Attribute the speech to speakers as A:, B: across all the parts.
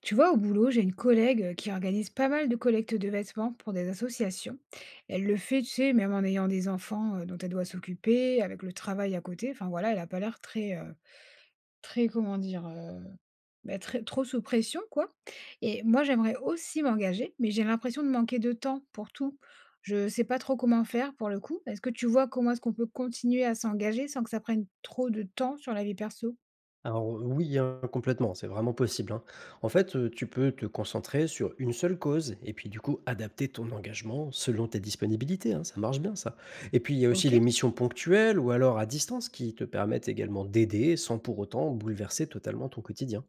A: Tu vois, au boulot, j'ai une collègue qui organise pas mal de collectes de vêtements pour des associations. Elle le fait, tu sais, même en ayant des enfants dont elle doit s'occuper, avec le travail à côté. Enfin voilà, elle a pas l'air très, très, comment dire, bah, très, trop sous pression, quoi. Et moi, j'aimerais aussi m'engager, mais j'ai l'impression de manquer de temps pour tout. Je sais pas trop comment faire pour le coup. Est-ce que tu vois comment est-ce qu'on peut continuer à s'engager sans que ça prenne trop de temps sur la vie perso?
B: Alors, oui, hein, complètement, c'est vraiment possible, hein. En fait, tu peux te concentrer sur une seule cause et puis, du coup, adapter ton engagement selon tes disponibilités, hein, ça marche bien ça. Et puis, il y a aussi
A: Ok.
B: les missions ponctuelles ou alors à distance qui te permettent également d'aider sans pour autant bouleverser totalement ton quotidien.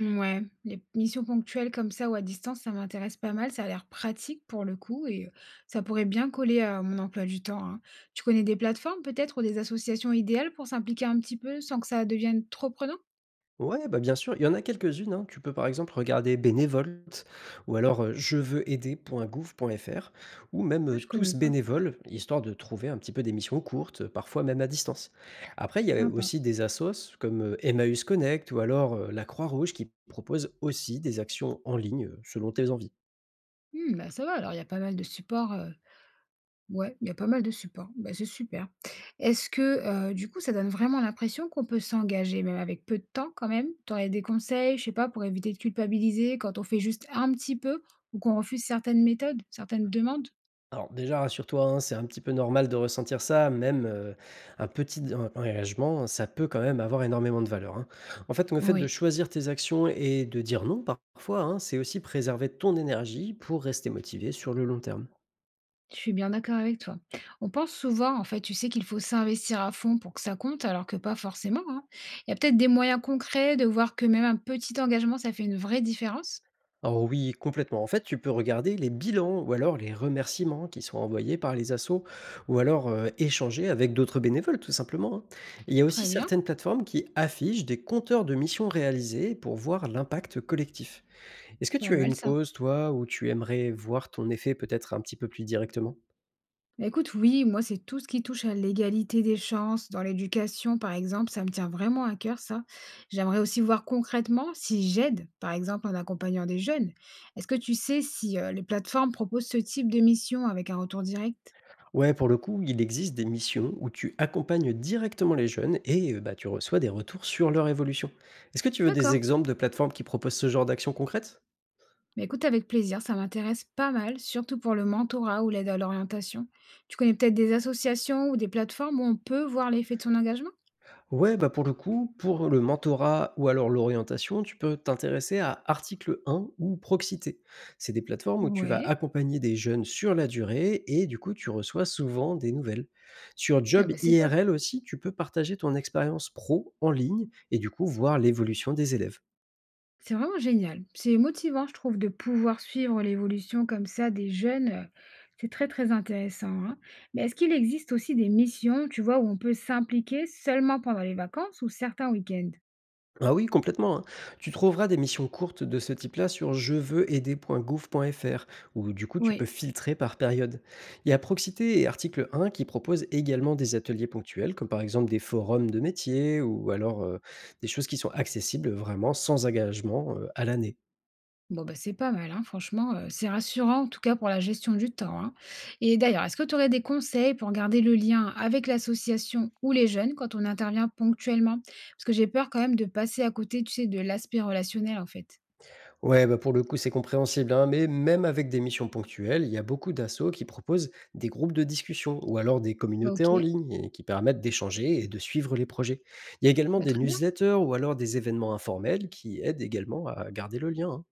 A: Ouais, les missions ponctuelles comme ça ou à distance, ça m'intéresse pas mal, ça a l'air pratique pour le coup et ça pourrait bien coller à mon emploi du temps, hein. Tu connais des plateformes peut-être ou des associations idéales pour s'impliquer un petit peu sans que ça devienne trop prenant?
B: Ouais, bah, bien sûr, il y en a quelques-unes, hein. Tu peux par exemple regarder Bénévolte ou alors jeveuxaider.gouv.fr ou même,
A: Ah, je connais
B: Tous
A: pas.
B: bénévoles, histoire de trouver un petit peu des missions courtes, parfois même à distance. Après, il y a
A: Sympa.
B: aussi des assos comme, Emmaüs Connect ou alors, la Croix-Rouge qui proposent aussi des actions en ligne, selon tes envies.
A: Mmh, bah, ça va alors, il y a pas mal de supports, ouais, il y a pas mal de supports. Bah, c'est super. Est-ce que, du coup, ça donne vraiment l'impression qu'on peut s'engager, même avec peu de temps quand même? Tu aurais des conseils, je sais pas, pour éviter de culpabiliser quand on fait juste un petit peu ou qu'on refuse certaines méthodes, certaines demandes?
B: Alors déjà, rassure-toi, hein, c'est un petit peu normal de ressentir ça, même un petit d en engagement, ça peut quand même avoir énormément de valeur, hein. En fait, le fait de
A: Oui,
B: choisir tes actions et de dire non parfois, hein, c'est aussi préserver ton énergie pour rester motivé sur le long terme.
A: je suis bien d'accord avec toi. On pense souvent, en fait, tu sais, qu'il faut s'investir à fond pour que ça compte, alors que pas forcément, hein. Il y a peut-être des moyens concrets de voir que même un petit engagement, ça fait une vraie différence?
B: Alors oui, complètement. En fait, tu peux regarder les bilans ou alors les remerciements qui sont envoyés par les assos ou alors, échanger avec d'autres bénévoles tout simplement, hein. Il y a aussi
A: Très bien,
B: certaines plateformes qui affichent des compteurs de missions réalisées pour voir l'impact collectif. Est-ce que tu
A: pas
B: as
A: mal
B: une
A: ça.
B: cause, toi, où tu aimerais voir ton effet peut-être un petit peu plus directement?
A: Bah, écoute, oui, moi, c'est tout ce qui touche à l'égalité des chances dans l'éducation, par exemple, ça me tient vraiment à cœur, ça. J'aimerais aussi voir concrètement si j'aide, par exemple, en accompagnant des jeunes. Est-ce que tu sais si les plateformes proposent ce type de mission avec un retour direct?
B: Ouais, pour le coup, il existe des missions où tu accompagnes directement les jeunes et, bah, tu reçois des retours sur leur évolution. Est-ce que tu veux des
A: D'accord.
B: exemples de plateformes qui proposent ce genre d'action concrète?
A: Mais écoute, avec plaisir, ça m'intéresse pas mal, surtout pour le mentorat ou l'aide à l'orientation. Tu connais peut-être des associations ou des plateformes où on peut voir l'effet de son engagement?
B: Ouais, bah, pour le coup, pour le mentorat ou alors l'orientation, tu peux t'intéresser à Article 1 ou Proxité. C'est des plateformes où tu vas
A: Ouais.
B: accompagner des jeunes sur la durée et du coup, tu reçois souvent des nouvelles. Sur
A: Ah
B: Job
A: bah, c'est top.
B: IRL aussi, tu peux partager ton expérience pro en ligne et du coup, voir l'évolution des élèves.
A: C'est vraiment génial. C'est motivant, je trouve, de pouvoir suivre l'évolution comme ça des jeunes, c'est très, très intéressant, hein. Mais est-ce qu'il existe aussi des missions, tu vois, où on peut s'impliquer seulement pendant les vacances ou certains week-ends?
B: Ah oui, complètement, hein. Tu trouveras des missions courtes de ce type-là sur jeveuxaider.gouv.fr où du coup tu peux
A: Oui,
B: filtrer par période. Il y a Proxité et Article un qui proposent également des ateliers ponctuels, comme par exemple des forums de métiers ou alors des choses qui sont accessibles vraiment sans engagement à l'année.
A: bon, bah, c'est pas mal, hein, franchement, c'est rassurant en tout cas pour la gestion du temps, hein. Et d'ailleurs, est-ce que tu aurais des conseils pour garder le lien avec l'association ou les jeunes quand on intervient ponctuellement? Parce que j'ai peur quand même de passer à côté, tu sais, de l'aspect relationnel, en fait.
B: Ouais, bah pour le coup, c'est compréhensible, hein, mais même avec des missions ponctuelles, il y a beaucoup d'assauts qui proposent des groupes de discussion ou alors des communautés en
A: OK,
B: ligne et qui permettent d'échanger et de suivre les projets. Il y a également
A: bah,
B: des
A: très bien.
B: newsletters ou alors des événements informels qui aident également à garder le lien, hein.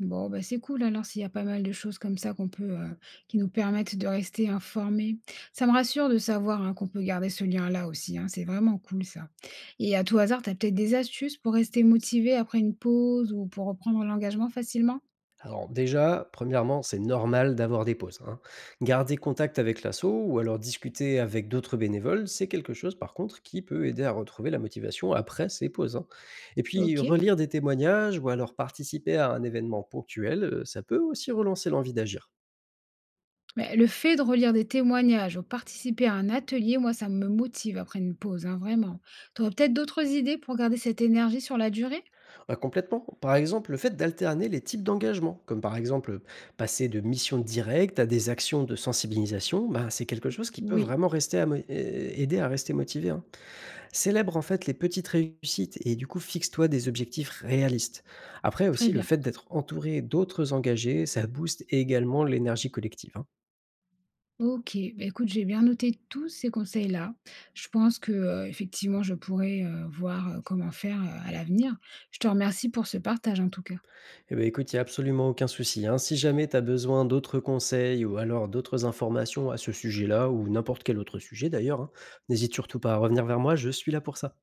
A: Bon, bah, c'est cool alors s'il y a pas mal de choses comme ça qu'on peut, qui nous permettent de rester informés. Ça me rassure de savoir, hein, qu'on peut garder ce lien-là aussi, hein, c'est vraiment cool ça. Et à tout hasard, tu as peut-être des astuces pour rester motivé après une pause ou pour reprendre l'engagement facilement?
B: Alors déjà, premièrement, c'est normal d'avoir des pauses, hein. Garder contact avec l'asso ou alors discuter avec d'autres bénévoles, c'est quelque chose par contre qui peut aider à retrouver la motivation après ces pauses, hein. Et puis
A: OK.
B: relire des témoignages ou alors participer à un événement ponctuel, ça peut aussi relancer l'envie d'agir.
A: Bah, le fait de relire des témoignages ou participer à un atelier, moi, ça me motive après une pause, hein, vraiment. Tu aurais peut-être d'autres idées pour garder cette énergie sur la durée?
B: Bah, complètement. Par exemple, le fait d'alterner les types d'engagement, comme par exemple passer de missions directes à des actions de sensibilisation, bah, c'est quelque chose qui peut
A: Oui,
B: vraiment rester à aider à rester motivé, hein. Célèbre en fait les petites réussites et du coup fixe-toi des objectifs réalistes. Après
A: très
B: aussi le
A: bien.
B: fait d'être entouré d'autres engagés, ça booste également l'énergie collective, hein.
A: OK, bah, écoute, j'ai bien noté tous ces conseils-là. Je pense que, effectivement, je pourrais, voir, comment faire, à l'avenir. Je te remercie pour ce partage, en tout cas.
B: Eh ben écoute, il n'y a absolument aucun souci, hein. Si jamais tu as besoin d'autres conseils ou alors d'autres informations à ce sujet-là ou n'importe quel autre sujet d'ailleurs, hein, n'hésite surtout pas à revenir vers moi, je suis là pour ça.